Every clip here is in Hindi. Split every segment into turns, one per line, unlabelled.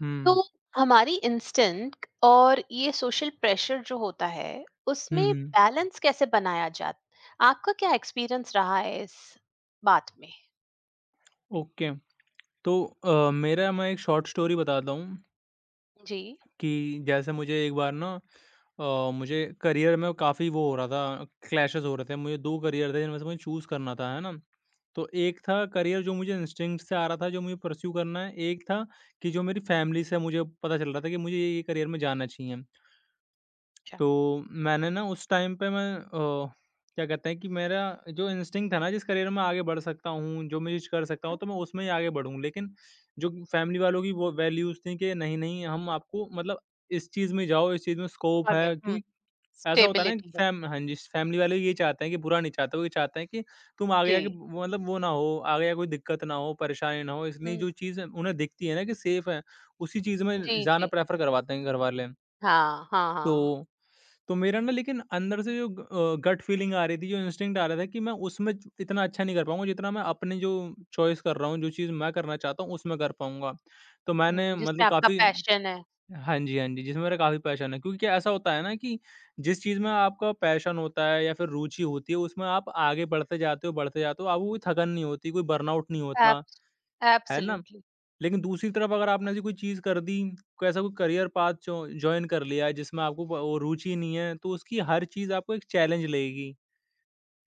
हुँ।
तो हमारी इंस्टेंट और ये सोशल प्रेशर जो होता है
हुँ,
उसमें
हुँ।
बैलेंस कैसे बनाया जाता, आपका क्या एक्सपीरियंस रहा है इस बात में?
ओके। तो मेरा मैं एक शॉर्ट स्टोरी बताता हूँ
जी।
कि जैसे मुझे एक बार ना अ, मुझे करियर में काफ़ी वो हो रहा था, क्लैशेस हो रहे थे। मुझे 2 करियर थे जिनमें से मुझे चूज़ करना था, है ना? तो एक था करियर जो मुझे इंस्टिंक्ट से आ रहा था, जो मुझे परस्यू करना है। एक था कि जो मेरी फैमिली से मुझे पता चल रहा था कि मुझे ये करियर में जाना चाहिए।
अच्छा।
तो मैंने ना उस टाइम पे मैं क्या कहते हैं कि मेरा जो इंस्टिंक्ट था ना जिस करियर में आगे बढ़ सकता हूँ, जो मैं चीज़ कर सकता हूँ
हम्म,
तो मैं उसमें ही आगे बढ़ूँ। लेकिन जो फैमिली वालों की वो वैल्यूज़ थी कि नहीं, नहीं हम आपको मतलब इस चीज़ में जाओ, इस चीज़ में स्कोप
आगे।
है क्योंकि ऐसा होता है ना
स्टेबिलिटी है।
फैम हाँ जी, फैमिली वाले ये चाहते हैं कि बुरा नहीं चाहते, वो ये चाहते हैं कि तुम आगे
जी।
जाके मतलब वो ना हो, आगे जाके कोई दिक्कत ना हो, परेशानी ना हो। इसलिए
हम्म।
जो चीज़ उन्हें दिखती है ना कि सेफ है, उसी चीज़ में
जी,
जाना
जी।
प्रेफ़र करवाते हैं घर वाले।
हाँ, हाँ, हाँ।
तो तो मेरा ना लेकिन अंदर से जो गट फीलिंग आ रही थी, जो इंस्टिंक्ट आ रहा था कि मैं उसमें ज इतना अच्छा नहीं कर पाऊँगा, जितना मैं अपने जो चॉइस कर रहा हूँ, जो चीज़ मैं करना चाहता हूँ, उसमें कर पाऊँगा। तो मैंने
जिसमें
मतलब
आपका
काफ़ी
पैशन है।
हाँ जी, हाँ जी, जिसमें मेरा काफ़ी पैशन है क्योंकि ऐसा होता है ना कि जिस चीज़ में आपका पैशन होता है या फिर रुचि होती है, उसमें आप आगे बढ़ते जाते हो, आपको कोई थकन नहीं होती, कोई बर्नआउट नहीं होता, है ना?
एब्सोल्युटली।
लेकिन दूसरी तरफ अगर आपने ऐसी कोई चीज़ कर दी, कोई ऐसा कोई करियर पाथ जो जॉइन कर लिया है जिसमें आपको ब वो रुचि नहीं है, तो उसकी हर चीज़ आपको एक चैलेंज लगेगी,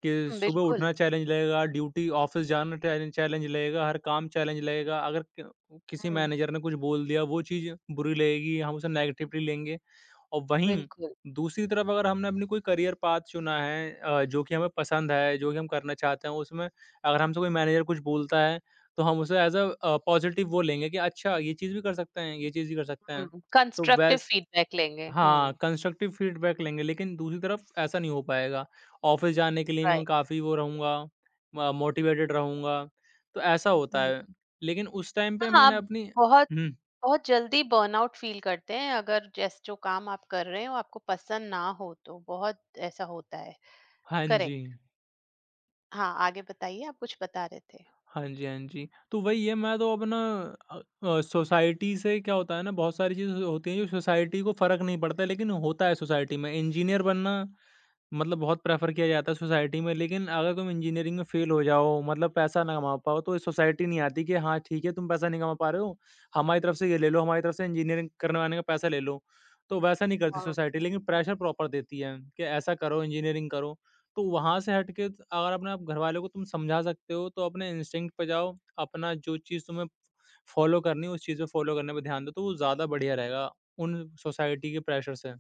कि सुबह
बिल्कुल।
उठना चैलेंज लगेगा, ड्यूटी ऑफ़िस जाना चैलेंज चैलेंज लगेगा, हर काम चैलेंज लगेगा। अगर क किसी
हम्म,
मैनेजर ने कुछ बोल दिया, वो चीज़ बुरी लगेगी, हम उसे नेगेटिवली लेंगे। और वहीं
बिल्कुल।
दूसरी तरफ अगर हमने अपनी कोई करियर पाथ चुना है जो कि हमें पसंद है, जो कि हम करना चाहते हैं, उसमें अगर हमसे कोई मैनेजर कुछ बोलता है, तो हम उसे एज़ अ पॉज़िटिव वो लेंगे कि अच्छा ये चीज़ भी कर सकते हैं, ये चीज़ भी कर सकते हैं। तो
कंस्ट्रक्टिव
वैस
फीडबैक लेंगे।
हाँ,
हम्म।
कंस्ट्रक्टिव फीडबैक लेंगे, लेकिन दूसरी तरफ ऐसा नहीं हो पाएगा। ऑफ़िस जाने के लिए भी मैं
राइट।
काफ़ी वो रहूँगा, म मोटिवेटेड रहूँगा, तो ऐसा होता है। लेकिन उस टाइम पे
हाँ, आप
मैंने अपनी
बहुत
हुँ,
बहुत जल्दी बर्नआउट फील करते हैं अगर जैस जो काम आप कर रहे हो आपको पसंद ना हो तो, बहुत ऐसा होता है।
हाँ जी।
करेक्ट। हाँ, आगे बताइए, आप कुछ बता रहे थे।
हाँ जी, हाँ जी। तो वही है मैं तो अपना सोसाइटी से क्या होता है ना बहुत सारी चीज़ें होती हैं जो सोसाइटी को फ़र्क नहीं पड़ता है लेकिन होता है सोसाइटी में। इंजीनियर बनना मतलब बहुत प्रेफ़र किया जाता है सोसाइटी में, लेकिन अगर तुम इंजीनियरिंग में फ़ेल हो जाओ, मतलब पैसा ना कमा पाओ, तो ये सोसाइटी नहीं आती कि हाँ, ठीक है, तुम पैसा नहीं कमा पा रहे हो, हमारी तरफ से ये ले लो, हमारी तरफ से इंजीनियरिंग करने वाले का पैसा ले लो। तो वैसा नहीं करती
हाँ।
सोसाइटी, लेकिन प्रेशर प्रॉपर देती है कि ऐसा करो, इंजीनियरिंग करो। तो वहाँ से हट के अगर अपने आप घरवालों को तुम समझा सकते हो, तो अपने इंस्टिंक्ट पे जाओ, अपना जो चीज़ तुम्हें फ़ॉलो करनी है, उस चीज़ पे फ़ॉलो करने पे ध्यान दो, तो वो ज़्यादा बढ़िया रहेगा उन सोसाइटी के प्रेशर से।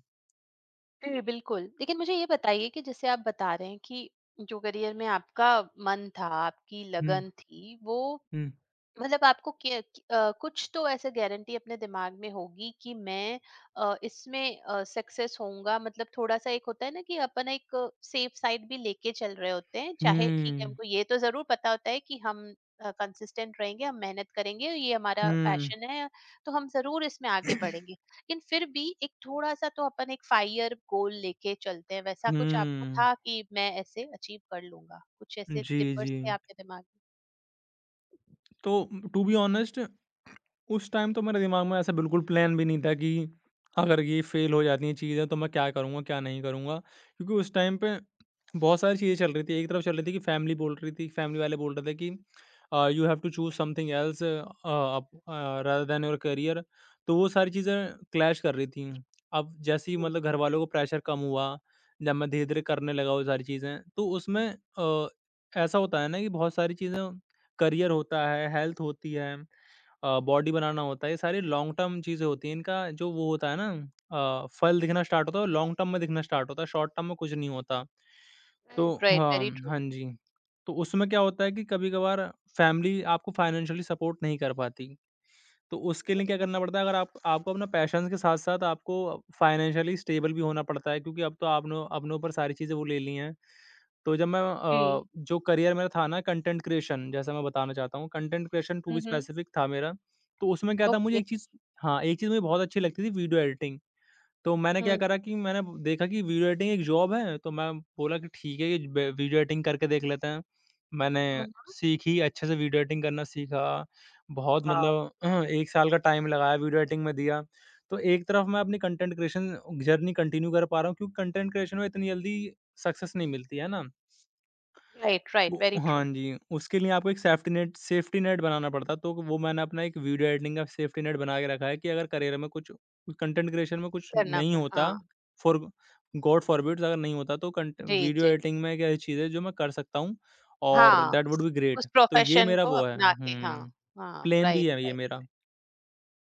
जी, बिल्कुल। लेकिन मुझे ये बताइए कि जैसे आप बता रहे हैं कि जो करियर में आपका मन था, आपकी
हुँ,
लगन थी, वो
हुँ।
मतलब आपको कुछ तो ऐसे गारंटी अपने दिमाग में होगी कि मैं इसमें सक्सेस होऊंगा। मतलब थोड़ा सा एक होता है ना कि अपन एक सेफ साइड भी लेके चल रहे होते हैं, चाहे ठीक है,
हुँ।
हमको ये तो जरूर पता होता है कि हम कंसिस्टेंट रहेंगे, हम मेहनत करेंगे, ये हमारा
हुँ।
पैशन है, तो हम जरूर इसमें आगे बढ़ेंगे। लेकिन फिर भी एक थोड़ा सा तो अपन एक फाइयर गोल लेके चलते हैं। वैसा कुछ आपको
हुँ।
था कि मैं ऐसे अचीव कर लूंगा? कुछ ऐसे
जी,
टिपर्स
जी।
थे आपके दिमाग में?
तो टू बी ऑनेस्ट उस टाइम तो मेरे दिमाग में ऐसा बिल्कुल प्लान भी नहीं था कि अगर ये फेल हो जाती हैं चीज़ें तो मैं क्या करूँगा, क्या नहीं करूँगा? क्योंकि उस टाइम पे बहुत सारी चीज़ें चल रही थी। एक तरफ चल रही थी कि फैमिली वाले बोल रहे थे कि you have to choose something else up uh, rather than your career. तो वो सारी चीज़ें क्लैश कर रही थी। अब जैसे ही मतलब घर वालों को प्रेशर कम हुआ, जब मैं धीरे-धीरे करने लगा वो सारी चीज़ें, तो उसमें अ, ऐसा होता है ना कि बहुत सारी चीज़ें करियर होता है, हेल्थ होती है बॉडी बनाना होता है, ये सारी लॉन्ग टर्म चीज़ें होती हैं। इनका जो वो होता है ना फल दिखना स्टार्ट होता है और लॉन्ग टर्म में दिखना स्टार्ट होता है, शॉर्ट टर्म में कुछ नहीं होता। तो
राइट, राइट, वेरी
हाँ,
ट्रू।
हाँ जी। तो उसमें क्या होता है कि कभी-कभार फैमिली आपको फाइनेंशियली सपोर्ट नहीं कर पाती। तो उसके लिए क्या
बिल्कुल,
करना पड़ता है, अगर आप आपको अपना पैशन के साथ-साथ आपको फाइनेंशियली स्टेबल भी होना पड़ता है क्योंकि अब तो आपने अपने ऊपर सारी चीज़ें वो ले ली हैं। तो जब मैं
जी।
जो करियर मेरा था ना कंटेंट क्रिएशन जैसा मैं बताना चाहता हूँ, content creation to
hmm,
be
hmm.
Specific था मेरा। तो उसमें क्या था
ओके।
मुझे एक चीज़ हाँ, एक चीज़ मुझे बहुत अच्छी लगती थी वीडियो एडिटिंग। तो मैंने क्या
हुँ,
करा कि मैंने देखा कि वीडियो एडिटिंग एक जॉब है, तो मैं बोला कि ठीक है, ये ब वीडियो एडिटिंग करके देख लेते हैं। मैंने
हुँ, हुँ।
सीखी, अच्छे से वीडियो एडिटिंग करना सीखा। बहुत
वाओ!
मतलब 1 साल का टाइम लगाया वीडियो एडिटिंग में दिया। तो एक तरफ मैं अपनी कंटेंट क्रिएशन जर्नी कंटिन्यू कर पा रहा हूँ क्योंकि कंटेंट क्रिएशन में इतनी जल्दी सक्सेस नहीं मिलती, है ना?
राइट, राइट,
वो
वेरी ट्रू।
हाँ जी, उसके लिए आपको एक सेफ्टी नेट बनाना पड़ता तो वो मैंने अपना एक वीडियो एडिटिंग का सेफ्टी नेट बना के रखा है कि अगर करियर में कुछ कंटेंट क्रिएशन में कुछ
करना
नहीं
पड़
होता
हाँ,
फॉर गॉड फॉरबिड्स अगर नहीं होता तो कंट
जी,
वीडियो
जी।
एडिटिंग में एक ऐसी चीज़ है जो मैं कर सकता हूँ और
हाँ,
दैट वुड बी
उस
ग्रेट। तो ये
प्रोफ़ेशन
मेरा
को
वो है
अपना के। हाँ, हाँ,
प्लान भी
राइट,
है ये
राइट,
मेरा।
Right.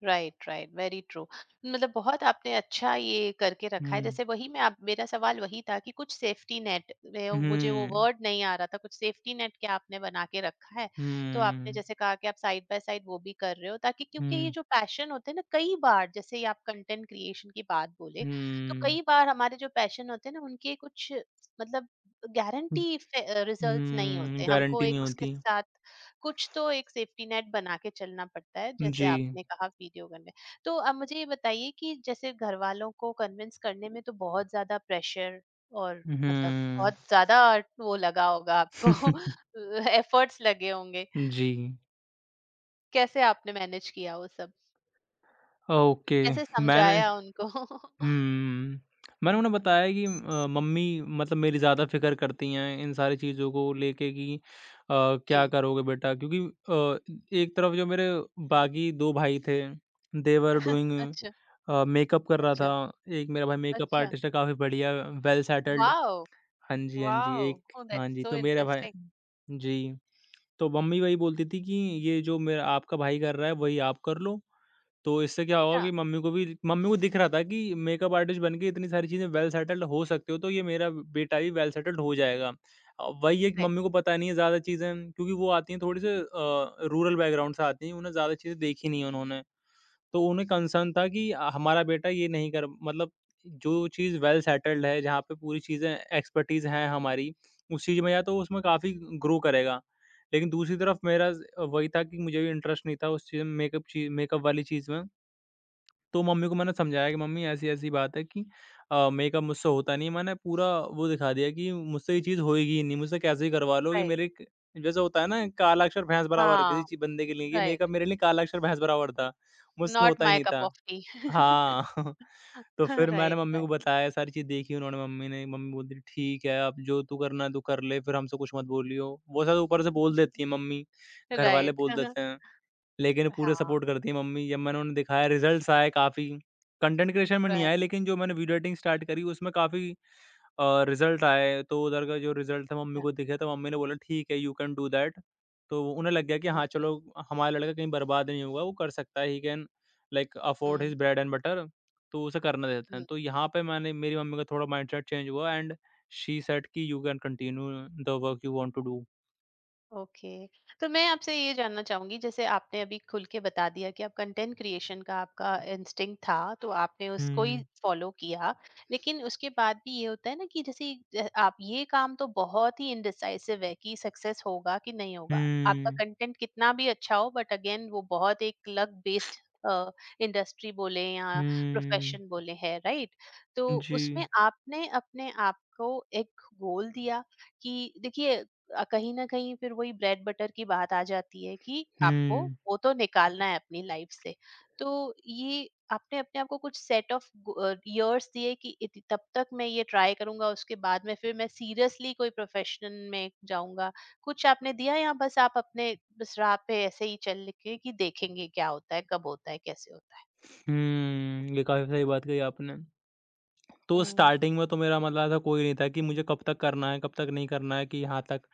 Right, right, very true. मतलब बहुत आपने अच्छा ये करके रखा है।
हुँ,
जैसे वही मैं, आप, मेरा सवाल वही था कि कुछ सेफ्टी नेट, मुझे वो
हुँ,
वर्ड नहीं आ रहा था, कुछ सेफ्टी नेट क्या आपने बना के रखा है। तो आपने
हुँ,
जैसे कहा कि आप साइड बाय साइड वो भी कर रहे हो, ताकि क्योंकि ये
हुँ,
जो पैशन होते हैं ना, कई बार, जैसे ये आप कंटेंट क्रिएशन की बात बोले, तो कई
हुँ,
बार हमारे जो पैशन होते हैं ना उनके कुछ मतलब
हुँ,
गारंटी रिजल्ट्स नहीं होते हमको,
गारंटी नहीं
एक उसके
होती।
साथ कुछ तो एक सेफ्टी नेट बना के चलना पड़ता है, जैसे
जी,
आपने कहा वीडियो करने। तो अब मुझे ये बताइए कि जैसे घर वालों को कन्विंस करने में तो बहुत ज्यादा प्रेशर और मतलब बहुत
हुँ।
ज्यादा वो लगा होगा आपको। एफर्ट्स लगे होंगे,
जी।
कैसे आपने मैनेज किया वो सब,
ओके,
कैसे
मैंने
समझाया उनको?
हुँ, मैंने उन्हें बताया कि मम्मी मतलब मेरी ज़्यादा फ़िक्र करती हैं इन सारी चीज़ों को लेके कि
जी।
क्या करोगे बेटा? क्योंकि एक तरफ जो मेरे बाकी 2 भाई थे, दे वर डूइंग
अच्छा।
मेकअप कर रहा
अच्छा।
था, एक मेरा भाई मेकअप
अच्छा।
आर्टिस्ट है काफ़ी बढ़िया, वेल सेटल्ड
वाओ।
हाँ जी, हाँ जी,
वाओ।
एक
ओह,
हाँ
दैट्स
जी,
सो
तो मेरा भाई
इंटरेस्टिंग।
जी, तो मम्मी वही बोलती थी कि, "ये जो मेरा आपका भाई कर रहा है, वही आप कर लो।" तो इससे क्या होगा
या।
कि मम्मी को दिख रहा था कि मेकअप आर्टिस्ट बन के इतनी सारी चीज़ें वेल सेटल्ड हो सकते हो, तो ये मेरा बेटा भी वेल सेटल्ड हो जाएगा। वही है कि
राइट।
मम्मी को पता नहीं है ज़्यादा चीज़ें क्योंकि वो आती हैं थोड़ी-सी रूरल बैकग्राउंड से आती हैं, उन्हें ज़्यादा चीज़ें देखी नहीं है उन्होंने। तो उन्हें कंसर्न था कि हमारा बेटा ये नहीं कर मतलब जो चीज़ वेल सेटल्ड है, जहाँ पे पूरी चीज़ें एक्सपर्टीज़ है हमारी, उस चीज़ में या तो उसमें काफ़ी ग्रो करेगा। लेकिन दूसरी तरफ मेरा ज़ वही था कि मुझे भी इंटरेस्ट नहीं था उस चीज़ में मेकअप ची मेकअप वाली चीज़ में। तो मम्मी को मैंने समझाया कि मम्मी ऐसी-ऐसी बात है कि मेकअप मुझसे होता नहीं है। मैंने पूरा वो दिखा दिया कि मुझसे ये चीज़ होएगी ही नहीं, मुझसे कैसे ही करवा लोगे
राइट।
मेरे एक जैसे होता है ना काला अक्षर भैंस बराबर
हाँ।
किसी ची बंदे के लिए ये मेकअप
राइट।
मेरे लिए काला अक्षर भैंस बराबर था, मुझसे
नॉट
होता ही
माय
नहीं
कप
था।
ऑफ।
हाँ, तो
हाँ,
फिर मैंने
राइट,
मम्मी को
राइट,
बताया सारी चीज़ देखी उन्होंने मम्मी ने, मम्मी बोलती थी ठीक है अब जो तू करना है तू कर ले, फिर हमसे कुछ मत बोलियो। वो सब ऊपर से बोल देती है मम्मी, घरवाले
राइट।
बोल देते हैं। लेकिन पूरे
हाँ,
सपोर्ट करती है मम्मी। जब मैंने उन्हें दिखाया रिज़ल्ट्स आए काफ़ी, कंटेंट क्रिएशन में नहीं आए
राइट।
लेकिन जो मैंने वीडियो एडिटिंग स्टार्ट करी उसमें काफ़ी रिज़ल्ट आए। तो उधर का जो रिज़ल्ट था मम्मी को दिखे तो मम्मी ने बोला ठीक है यू कैन डू दैट। तो वो- उन्हें लग गया कि हाँ
ओके।
चलो हमारा लड़का कहीं बर्बाद नहीं होगा, वो कर सकता है ही can like afford
hmm,
his bread and butter तो उसे करने देते हैं। तो
हुँ।
यहाँ पे मैंने मेरी मम्मी का थोड़ा माइंडसेट चेंज हुआ एंड शी सेड कि you can continue the work you want to do.
Okay. तो मैं आपसे ये जानना चाहूंगी, जैसे आपने अभी खुल के बता दिया कि आप कंटेंट क्रिएशन का, आपका इंस्टिंक्ट था तो आपने उसको ही
हुँ।
फॉलो किया। लेकिन उसके बाद भी ये होता है ना कि जैसे आप ये काम तो बहुत ही इनडिसाइसिव है कि सक्सेस होगा कि नहीं होगा, आपका
हुँ।
कंटेंट कितना भी अच्छा हो बट अगेन वो बहुत एक लक बेस्ड इंडस्ट्री बोले या
हुँ।
प्रोफेशन बोले है, राइट? तो
जी।
उसमें आपने अपने आप को एक गोल दिया कि देखिए कहीं न कहीं फिर वही ब्रेड बटर की बात आ जाती है कि आपको
हुँ।
वो तो निकालना है अपनी लाइफ से। तो ये आपने अपने आप को कुछ सेट ऑफ गो इयर्स दिए कि इत तब तक मैं ये ट्राई करूँगा, उसके बाद में फिर मैं सीरियसली कोई प्रोफ़ेशन में जाऊँगा। कुछ आपने दिया, या बस आप अपने बस राह पे ऐसे ही चल के कि देखेंगे क्या होता है, कब होता है, कैसे होता है?
हुँ, ये काफ़ी सही बात कही आपने। तो
हुँ,
स्टार्टिंग में तो मेरा मतलब ऐसा कोई नहीं था कि मुझे कब तक करना है, कब तक नहीं करना है कि यहाँ तक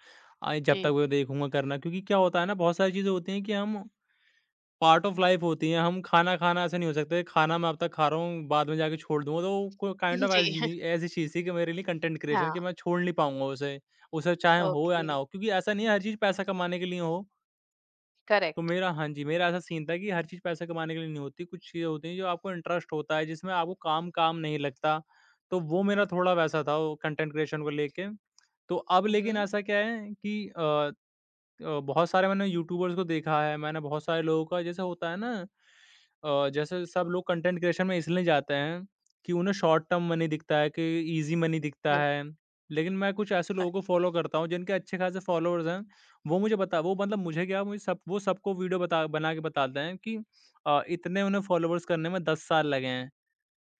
आए जब
जी।
तक मैं देखूँगा करना क्योंकि क्या होता है ना बहुत सारी चीज़ें होती हैं कि हम पार्ट ऑफ लाइफ होती हैं, हम खाना-खाना ऐसे नहीं हो सकता कि खाना मैं अब तक खा रहा हूँ, बाद में जाके छोड़ दूँगा तो कोई काइंड ऑफ
जी,
ऐसी चीज़ थी कि मेरे लिए कंटेंट क्रिएशन कि
हाँ,
मैं छोड़ नहीं पाऊँगा उसे। उसे चाहे हो या
ओके,
ना हो, क्योंकि ऐसा नहीं है हर चीज़ पैसा कमाने के लिए हो। तो
करेक्ट।
मेरा हाँ जी, मेरा ऐसा सीन था कि हर चीज़ पैसा कमाने के लिए नहीं होती, कुछ चीज़ें होती हैं जो आपको इंटरेस्ट होता है, जिसमें आपको काम काम नहीं लगता। तो वो मेरा थोड़ा वैसा था वो कंटेंट क्रिएशन को लेके। तो अब
हुँ,
लेकिन
हुँ,
ऐसा क्या है कि बहुत सारे मैंने यूट्यूबर्स को देखा है, मैंने बहुत सारे लोगों का जैसे होता है ना जैसे सब लोग कंटेंट क्रिएशन में इसलिए जाते हैं कि उन्हें शॉर्ट टर्म मनी दिखता है, कि ईज़ी मनी दिखता
राइट,
है। लेकिन मैं कुछ ऐसे लोगों को फ़ॉलो करता हूँ जिनके अच्छे ख़ासे फ़ॉलोअर्स हैं, वो मुझे बता वो मतलब मुझे क्या मुझे सब वो सबको वीडियो बता बना के बताते हैं कि इतने उन्हें फ़ॉलोवर्स करने में 10 साल लगे हैं।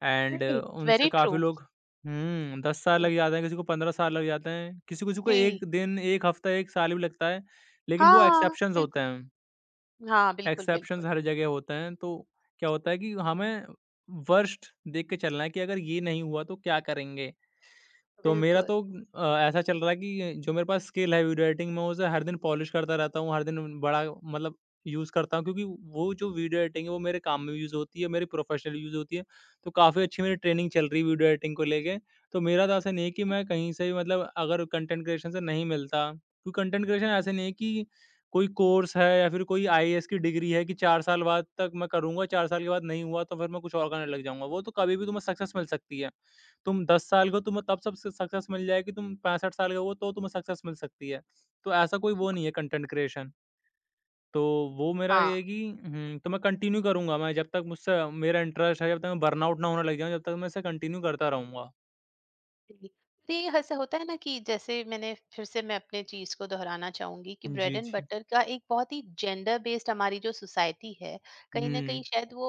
एंड
राइट, वेरी
उनसे
ट्रू।
काफ़ी लोग 10 साल
हुँ,
लग जाते हैं, किसी को 15 साल लग जाते हैं, किसी-किसी को
जी।
1 दिन, 1 हफ्ता, 1 साल भी लगता है, लेकिन वो
हाँ,
एक्सेप्शंस होते
बिल्कुल।
हैं।
हाँ, बिल्कुल,
एक्सेप्शंस
बिल्कुल।
हर जगह होते हैं। तो क्या होता है कि हमें वर्स्ट देख के चलना है कि अगर ये नहीं हुआ तो क्या करेंगे? तो मेरा
बिल्कुल,
तो ऐसा चल रहा है कि जो मेरे पास स्किल है वीडियो एडिटिंग में, उसे हर दिन पॉलिश करता रहता हूँ, हर दिन बड़ा मतलब यूज़ करता हूँ, क्योंकि वो जो वीडियो एडिटिंग है वो मेरे काम में यूज़ होती है, मेरी प्रोफेशनल यूज़ होती है। तो काफ़ी अच्छी मेरी ट्रेनिंग चल रही है वीडियो एडिटिंग को लेके। तो मेरा तो ऐसा नहीं है कि मैं कहीं से भी मतलब अगर कंटेंट क्रिएशन से नहीं मिलता, क्योंकि कंटेंट क्रिएशन ऐसा नहीं है कि कोई कोर्स है या फिर कोई आईएएस की डिग्री है कि 4 साल बाद तक मैं करूँगा, 4 साल के बाद नहीं हुआ तो फिर मैं कुछ और करने लग जाऊँगा। वो तो कभी भी तुम्हें सक्सेस मिल सकती है। तुम 10 साल के हो, तुम्हें तब सब सक्सेस मिल जाएगी, तुम 65 साल के हो तो तुम्हें सक्सेस मिल सकती है। तो ऐसा कोई वो नहीं
बिल्कुल।
है कंटेंट क्रिएशन। तो वो मेरा ये है
हाँ।
कि तो मैं कंटिन्यू करूँगा, मैं जब तक मुझसे मेरा इंटरेस्ट है, जब तक मैं बर्नआउट ना होने लग जाऊँ, जब तक मैं इसे कंटिन्यू करता रहूँगा।
जी। तो ये ऐसा होता है ना कि जैसे मैंने फिर से, मैं अपने चीज को दोहराना चाहूंगी कि ब्रेड
जी,
एंड
जी।
बटर का एक बहुत ही जेंडर बेस्ड हमारी जो सोसाइटी है, कहीं ना कहीं
हुँ।
शायद वो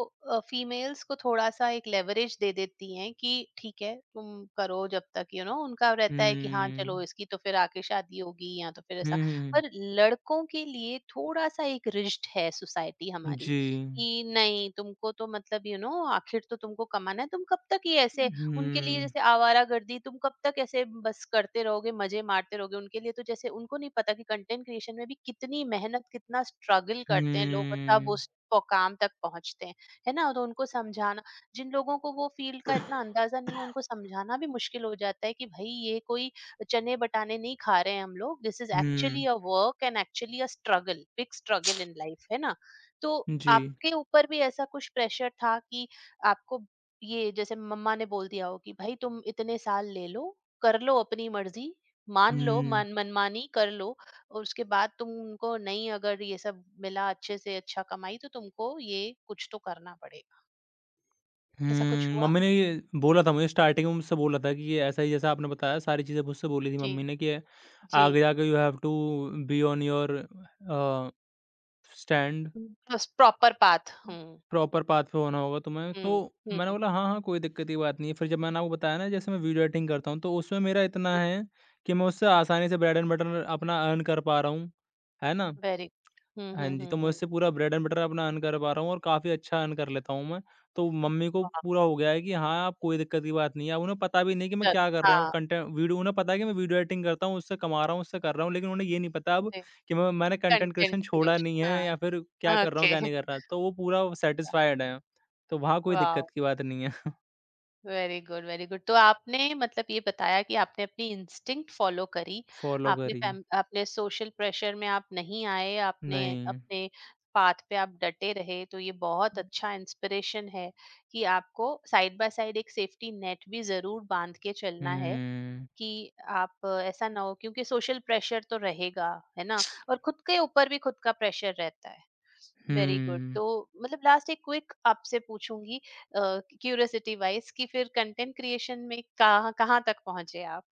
फीमेल्स को थोड़ा सा एक लेवरेज दे देती हैं कि ठीक है, तुम करो, जब तक, उनका रहता है कि हाँ चलो,
हुँ।
इसकी तो फिर आके शादी होगी, या तो फिर
हुँ,
ऐसा।
हुँ।
पर लड़कों के लिए थोड़ा सा एक रिज्ड है सोसाइटी हमारी
जी।
कि नहीं, तुमको तो मतलब, आखिर तो तुमको कमाना है, तुम कब तक ये ऐसे, उनके लिए
हुँ।
जैसे आवारागर्दी, तुम कब तक ऐसे बस करते रहोगे, मज़े मारते रहोगे? उनके लिए तो जैसे उनको नहीं पता कि कंटेंट क्रिएशन में भी कितनी मेहनत, कितना स्ट्रगल करते हैं लोग और तब
हुँ।
उस प काम तक पहुँचते हैं, है ना? तो उनको समझाना, जिन लोगों को वो फ़ील्ड का इतना अंदाज़ा नहीं है, उनको समझाना भी मुश्किल हो जाता है कि भई ये कोई चने-बटाने नहीं खा रहे हैं हम लोग, this is actually
hmm.
A work and actually a struggle, big struggle in life, है ना? तो
जी।
आपके ऊपर भी ऐसा कुछ प्रेशर था कि आपको ये जैसे मम्मा ने बोल दिया हो कि भाई तुम इतने साल ले लो, कर लो अपनी मर्जी, मान लो
हुँ।
मन मनमानी कर लो, और उसके बाद तुमको, नहीं अगर ये सब मिला, अच्छे से अच्छा कमाई, तो तुमको ये कुछ तो करना पड़ेगा? ऐसा कुछ हुआ?
मम्मी ने ये बोला था मुझे स्टार्टिंग में, मुझसे बोला था कि ये ऐसा ही जैसा आपने बताया सारी चीज़ें मुझसे बोली थी
जी।
मम्मी ने कि
जी।
आगे जाके you have to be on your stand
proper path. Hmm,
proper path पे होना होगा तुम्हें। तो
हम्म,
मैंने
हम्म।
बोला हाँ हाँ, कोई दिक्कत की बात नहीं है। फिर जब मैंने आपको बताया ना जैसे मैं वीडियो एडिटिंग करता हूँ, तो उसमें मेरा इतना है कि मैं उससे आसानी से ब्रेड एंड बटर अपना अर्न कर पा रहा हूँ, है ना।
Very good. Hmm, very good. Hmm,
हाँ
हम्म,
जी, तो
हम्म,
मैं
हम्म।
उससे पूरा ब्रेड एंड बटर अपना अर्न कर पा रहा हूँ और काफ़ी अच्छा अर्न कर लेता हूँ मैं। तो मम्मी को
वाह।
पूरा हो गया है कि हाँ, अब कोई दिक्कत की बात नहीं है। अब उन्हें पता भी नहीं कि मैं
चलो,
क्या कर रहा हूँ,
हाँ।
Content video. उन्हें पता है कि मैं वीडियो एडिटिंग करता हूँ, उससे कमा रहा हूँ, उससे कर रहा हूँ। लेकिन उन्हें ये नहीं पता अब
जी।
कि मैंने कंटेंट क्रिएशन
कंटेंट
छोड़ा नहीं
क्रिएशन।
है या
हाँ,
फिर क्या कर रहा हूँ,
ओके।
क्या नहीं कर रहा। तो वो पूरा सैटिस्फाइड हैं, तो वहाँ कोई
वाह।
दिक्कत की बात नहीं है।
Very good, very good. तो आपने मतलब ये बताया कि आपने अपनी इंस्टिंक्ट फ़ॉलो करी।
फ़ॉलो
आपने
करिए।
फैम आपने सोशल प्रेशर में आप नहीं आए, आपने
नहीं।
अपने पाथ पे आप डटे रहे, तो ये बहुत अच्छा इंस्पिरेशन है कि आपको साइड बाय साइड एक सेफ्टी नेट भी ज़रूर बाँध के चलना है
हुँ,
कि आप ऐसा ना हो, क्योंकि सोशल प्रेशर तो रहेगा, है ना, और खुद के ऊपर भी खुद का प्रेशर रहता है। Very good.
हुँ।
तो मतलब लास्ट एक क्विक आपसे पूछूंगी, क्यूरियोसिटी वाइज, कि फिर कंटेंट क्रिएशन में कहाँ कहाँ तक पहुंचे आप?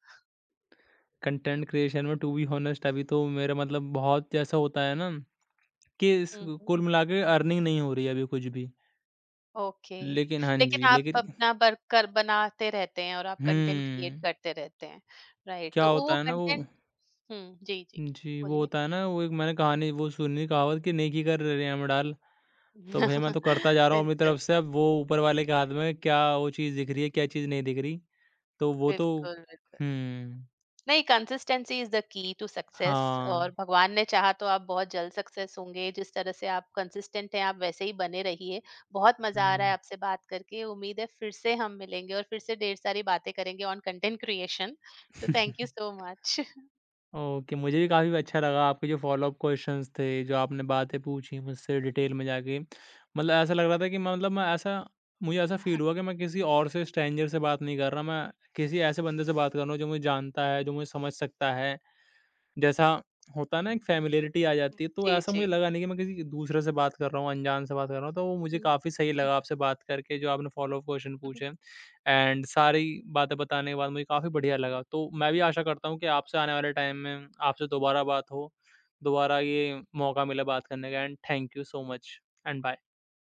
कंटेंट क्रिएशन में टू बी हॉनेस्ट अभी तो मेरा मतलब बहुत जैसा होता है ना कि इस
हम्म, हम्म।
कुल मिला के अर्निंग नहीं हो रही है अभी कुछ भी।
ओके।
लेकिन हाँ
लेकिन
जी,
आप
लेकिन
अपना वर्क कर बनाते रहते हैं और आप कंटेंट क्रिएट
हुँ,
करते रहते हैं, राइट?
क्या
तो वो
होता है ना वो।
कंटेंट। हम्म, जी, जी।
जी, वो
बोलिए।
होता है ना वो एक मैंने कहानी वो सुनी कहावत कि "नेकी कर रेम डाल"। तो भैया मैं तो करता जा रहा हूँ अपनी
बिल्कुल,
तरफ से, अब वो ऊपर वाले के हाथ में क्या वो चीज़ दिख रही है, क्या चीज़ नहीं दिख रही। तो वो तो
बिल्कुल, बिल्कुल,
हुँ,
नहीं, consistency is the key to success.
हाँ।
और भगवान ने चाहा तो आप बहुत जल्द सक्सेस होंगे, जिस तरह से आप कंसिस्टेंट हैं, आप वैसे ही बने रहिए। बहुत मजा आ रहा है
हुँ।
आपसे बात करके। उम्मीद है फिर से हम मिलेंगे और फिर से ढेर सारी बातें करेंगे ऑन कंटेंट क्रिएशन। तो thank you so much.
Okay, मुझे भी काफ़ी अच्छा लगा आपके जो फ़ॉलो-अप क्वेश्चंस थे, जो आपने बातें पूछी मुझसे डिटेल में जाके। मतलब ऐसा लग रहा था कि मैं मतलब मैं ऐसा मुझे ऐसा फ़ील हुआ कि मैं किसी और से स्ट्रेंजर से बात नहीं कर रहा, मैं किसी ऐसे बंदे से बात कर रहा हूँ जो मुझे जानता है, जो मुझे समझ सकता है। जैसा होता है ना, एक फ़ैमिलियरिटी आ जाती है, तो ऐसा मुझे
जी,
लगा नहीं कि मैं किसी दूसरे से बात कर रहा हूँ, अनजान से बात कर रहा हूँ, तो वो मुझे
जी।
काफ़ी सही लगा आपसे बात करके, जो आपने फ़ॉलो अप क्वेश्चन पूछे एंड सारी बातें बताने के बाद मुझे काफ़ी बढ़िया लगा। तो मैं भी आशा करता हूँ कि आपसे आने वाले टाइम में आपसे दोबारा बात हो, दोबारा ये मौका मिले बात करने का and thank you so much and bye.